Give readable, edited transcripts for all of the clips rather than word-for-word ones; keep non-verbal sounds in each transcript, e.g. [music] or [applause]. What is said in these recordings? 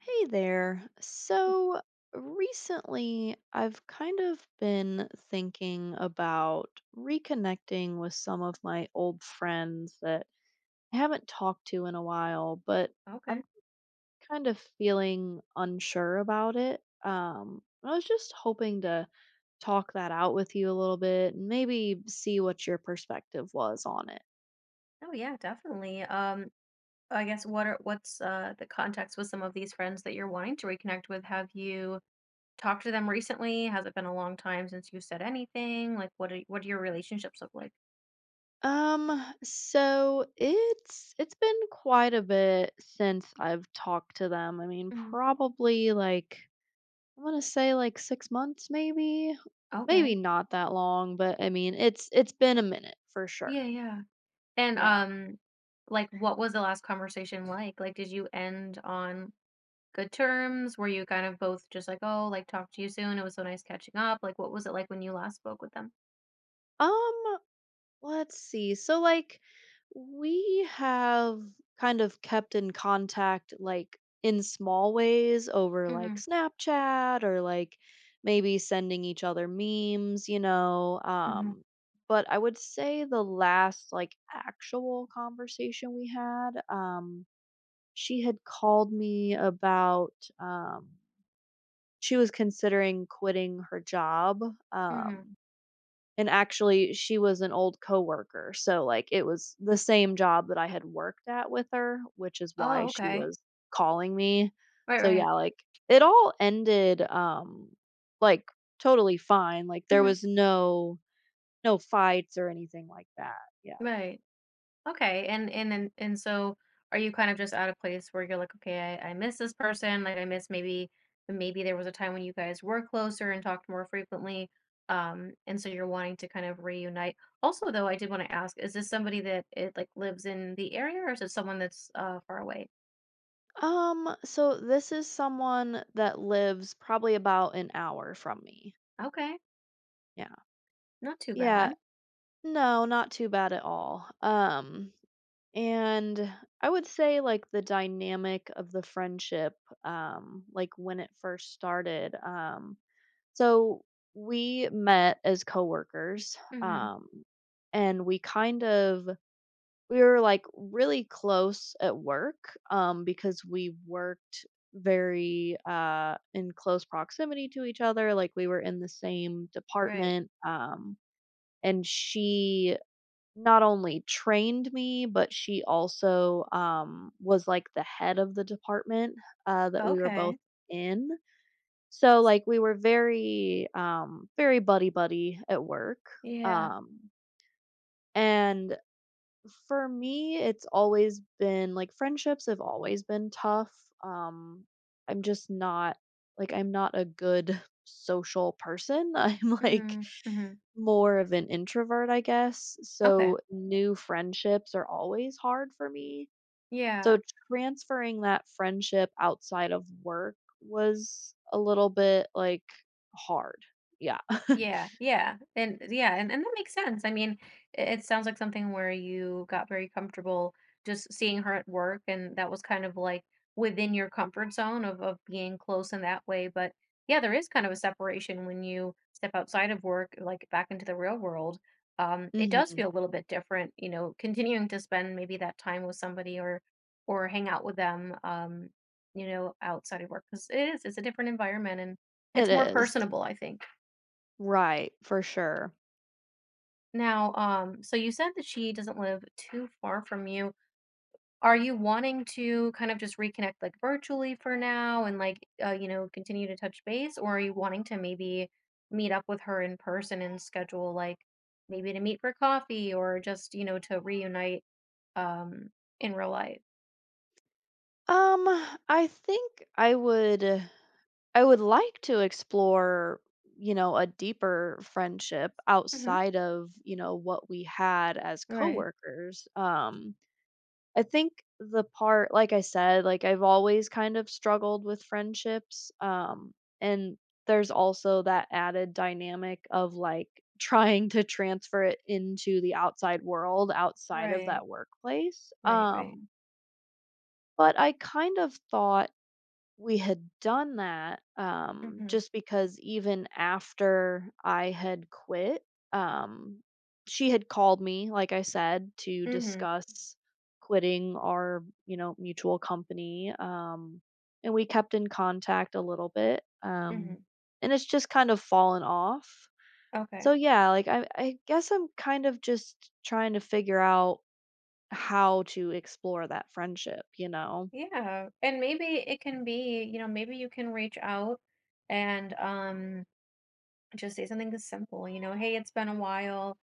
Hey there. Hm. So recently, I've kind of been thinking about reconnecting with some of my old friends that I haven't talked to in a while, but I'm Okay. kind of feeling unsure about it. I was just hoping to talk that out with you a little bit and maybe see what your perspective was on it. Oh yeah, definitely. I guess what's the context with some of these friends that you're wanting to reconnect with? Have you talked to them recently? Has it been a long time since you said anything? Like, what do your relationships look like? So it's been quite a bit since I've talked to them. I mean, Mm. probably like I'm gonna say like 6 months, maybe, maybe Okay. not that long, but I mean, it's been a minute for sure. Yeah, yeah. And, Yeah. um, like, what was the last conversation like? Like, did you end on good terms? Were you kind of both just like, "Oh, like, talk to you soon. It was so nice catching up." Like, what was it like when you last spoke with them? Um, Let's see. So, like, we have kind of kept in contact, like, in small ways over, like, Mhm, Snapchat or, like, maybe sending each other memes, you know. mhm, Um, But I would say the last, like, actual conversation we had, she had called me about, um, she was considering quitting her job. mhm. Um, and actually, she was an old coworker, so, like, it was the same job that I had worked at with her, which is why Oh, she okay. was calling me. Right, So, right. yeah, like, it all ended, like, totally fine, like, there Mhm, was no fights or anything like that, yeah. right. Okay, and so are you kind of just at a place where you're like, okay, I miss this person, like I miss maybe there was a time when you guys were closer and talked more frequently, and so you're wanting to kind of reunite. Also, though, I did want to ask, is this somebody that it like lives in the area, or is it someone that's far away? So this is someone that lives probably about an hour from me, Okay, yeah. not too Yeah, bad. no, not too bad at all, and I would say like the dynamic of the friendship, like when it first started. So we met as coworkers, Mm-hmm. um, and we kind of we were like really close at work, because we worked very in close proximity to each other, like we were in the same Right. department. And she not only trained me, but she also, was, like, the head of the department, that we were both Okay. in. So, like, we were very, very buddy buddy at work, Yeah. um, and for me, it's always been like, friendships have always been tough, um, I'm just not like, I'm not a good [laughs] social person. [laughs] I'm, like, Mm-hmm. Mm-hmm. more of an introvert, I guess, Okay. so new friendships are always hard for me. Yeah. So transferring that friendship outside of work was a little bit, like, hard. Yeah. [laughs] Yeah, and that makes sense. I mean, it sounds like something where you got very comfortable just seeing her at work, and that was kind of like within your comfort zone of being close in that way. But yeah, there is kind of a separation when you step outside of work, like back into the real world. It does Mhm. feel a little bit different, you know, continuing to spend maybe that time with somebody or hang out with them, you know, outside of work because it's a different environment and it's It more is. personable, I think. Right, for sure. Now, so you said that she doesn't live too far from you. Are you wanting to kind of just reconnect like virtually for now and like you know, continue to touch base, or are you wanting to maybe meet up with her in person and schedule like maybe to meet for coffee or just, you know, to reunite um in real life? Um, I think I would like to explore, you know, a deeper friendship Hmm outside of, you know, what we had as Right, coworkers. I think the part like I said, like, I've always kind of struggled with friendships, and there's also that added dynamic of, like, [laughs] trying to transfer it into the outside world outside of right, that workplace, right, right. But I kind of thought we had done that, Mhm. just because even after I had quit, um, she had called me, like I said, to Mhm. discuss quitting our, you know, mutual company. And we kept in contact a little bit. Mhm. And it's just kind of fallen off. Okay. So yeah, like I guess I'm kind of just trying to figure out how to explore that friendship, you know? Yeah. And maybe it can be, you know, maybe you can reach out and just say something simple, you know, hey, it's been a while.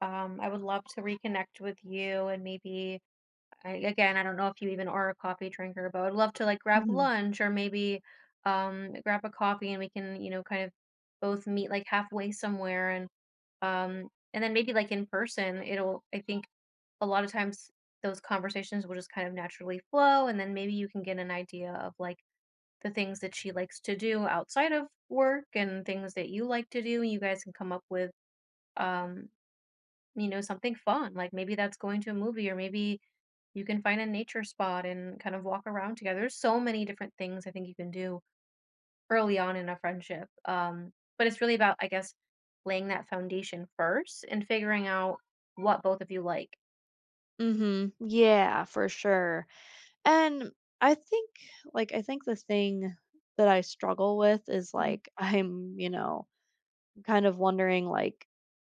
I would love to reconnect with you and maybe I, again, I don't know if you even are a coffee drinker, but I would love to like grab lunch or maybe grab a coffee and we can, you know, kind of both meet like halfway somewhere um and then maybe like in person, it'll I think a lot of times those conversations will just kind of naturally flow and then maybe you can get an idea of like the things that she likes to do outside of work and things that you like to do. You guys can come up with, um, you know, something fun. Like maybe that's going to a movie, or maybe you can find a nature spot and kind of walk around together. There's so many different things I think you can do early on in a friendship. But it's really about, I guess, laying that foundation first and figuring out what both of you like. Mhm. Yeah, for sure. And I think like I think the thing that I struggle with is like [laughs] I'm, you know, kind of wondering like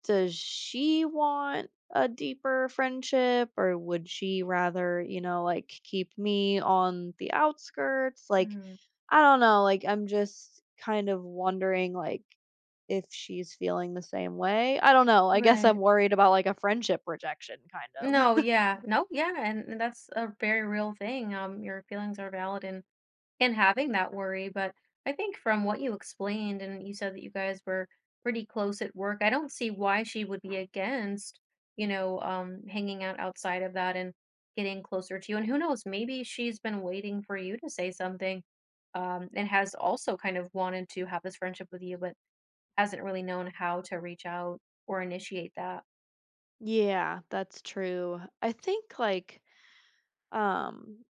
does she want a deeper friendship or would she rather, you know, like keep me on the outskirts? Like Mm-hmm. I don't know, like I'm just kind of wondering like if she's feeling the same way. I don't know. I guess I'm Right. worried about like a friendship rejection kind No, of. yeah. No, yeah. And that's a very real thing. Your feelings are valid and having that worry. But I think from what you explained, and you said that you guys were pretty close at work, I don't see why she would be against, you know, hanging out outside of that and getting closer to you. And who knows, maybe she's been waiting for you to say something and has also kind of wanted to have this friendship with you, but hasn't really known how to reach out or initiate that. Yeah, that's true. I think like um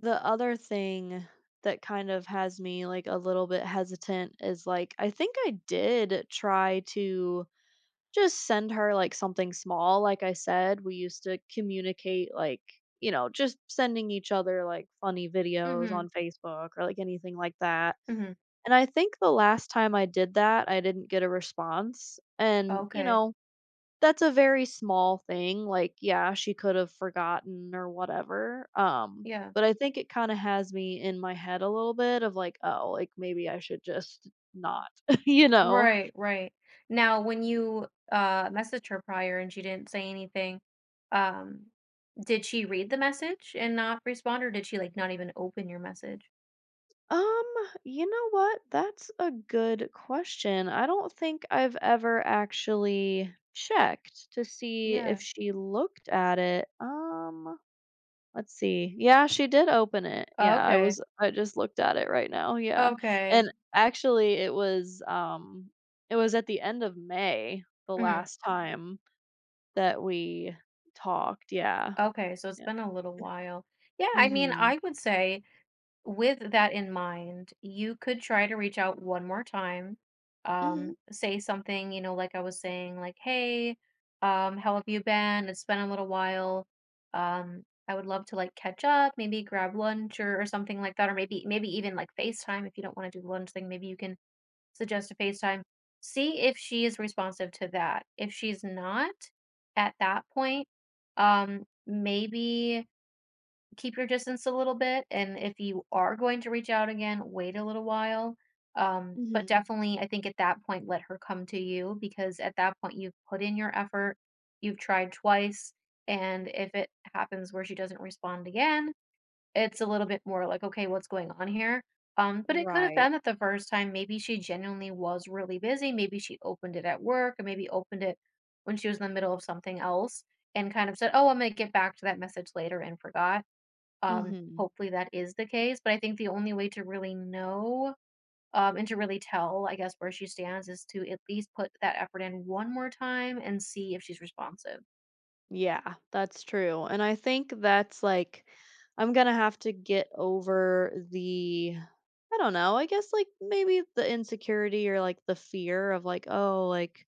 the other thing that kind of has me like a little bit hesitant is like I think I did try to just send her like something small like I said we used to communicate like you know just sending each other like funny videos Mm-hmm. on Facebook or like anything like that. Mm-hmm. And I think the last time I did that I didn't get a response and you Okay. know that's a very small thing, like, yeah, she could have forgotten or whatever, Yeah. but I think it kinda has me in my head a little bit of, like, "Oh, like, maybe I should just not," [laughs] you know? Right, right. Now, when you, messaged her prior and she didn't say anything, um, did she read the message and not respond, or did she, like, not even open your message? Um, you know what? That's a good question. I don't think I've ever actually checked to see Yeah. if she looked at it, Let's see. Yeah, she did open it. Oh, Yeah, I okay. was I just looked at it right now, yeah. Okay. And actually it was at the end of May the Mhm. last time that we talked, yeah, Okay, so it's yeah. been a little while. Yeah, I mean, Mhm. I would say with that in mind, you could try to reach out one more time. Mhm, Say something, you know, like I was saying, like, hey, how have you been? It's been a little while. I would love to like catch up, maybe grab lunch or something like that, or maybe even like FaceTime if you don't want to do the lunch thing, maybe you can suggest a FaceTime. See if she is responsive to that. If she's not at that point, maybe keep your distance a little bit, and if you are going to reach out again, wait a little while. But mhm. definitely, I think at that point, let her come to you because at that point, you've put in your effort, you've tried twice, and if it happens where she doesn't respond again, it's a little bit more like, okay, what's going on here? But it could have Right. been that the first time, maybe she genuinely was really busy. Maybe she opened it at work, or maybe opened it when she was in the middle of something else and kind of said, oh, I'm going to get back to that message later and forgot, Mhm. hopefully that is the case, but I think the only way to really know, and to really tell, I guess, where she stands is to at least put that effort in one more time and see if she's responsive. Yeah, that's true, and I think that's, like, I'm gonna have to get over the I don't know, I guess, like, maybe the insecurity or, like, the fear of, like, "Oh, like,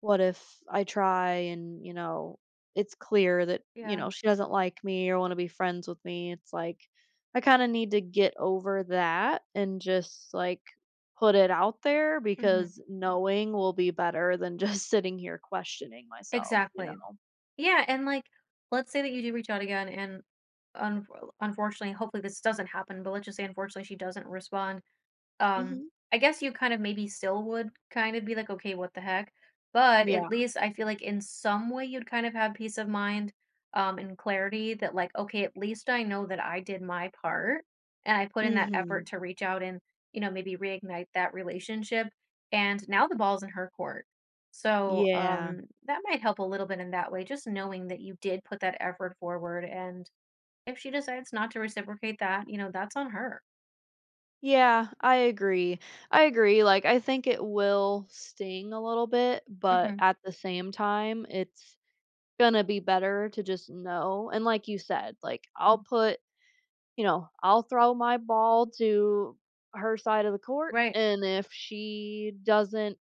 what if I try and, you know, it's clear that, you Yeah. know, she doesn't like me or want to be friends with me." It's like I kind of need to get over that and just like put it out there hmm because knowing will be better than just [laughs] sitting here questioning myself, you Exactly. know. Yeah, and like, let's say that you do reach out again, and un- unfortunately, hopefully this doesn't happen, but let's just say unfortunately she doesn't respond. Um, Mhm. I guess you kind of maybe still would kind of be like, "Okay, what the heck?" But at Yeah. least I feel like in some way you'd kind of have peace of mind, and clarity that like, "Okay, at least I know that I did my part and I put in that effort Mhm. to reach out and, you know, maybe reignite that relationship, and now the ball's in her court." So, Yeah. That might help a little bit in that way, just knowing that you did put that effort forward, and if she decides not to reciprocate that, you know, that's on her. Yeah, I agree. I agree. Like I think it will sting a little bit, but Mhm, at the same time, it's gonna be better to just know, and like you said, like, I'll mhm, put you know, I'll throw my ball to her side of the court, right, and if she doesn't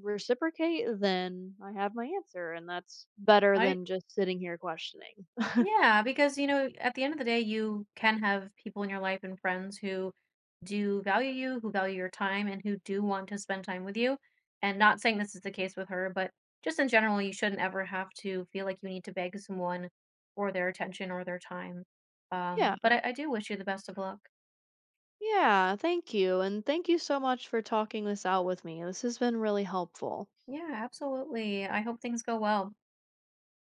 reciprocate, then I have my answer, and that's better I than just sitting here questioning. Yeah, because you know, at the end of the day, you can have people in your life and friends who do value you, who value your time, and who do want to spend time with you. And not saying this is the case with her, but just in general, you shouldn't ever have to feel like you need to beg someone for their attention or their time. Yeah. But I do wish you the best of luck. Yeah, thank you, and thank you so much for talking this out with me. This has been really helpful. Yeah, absolutely. I hope things go well.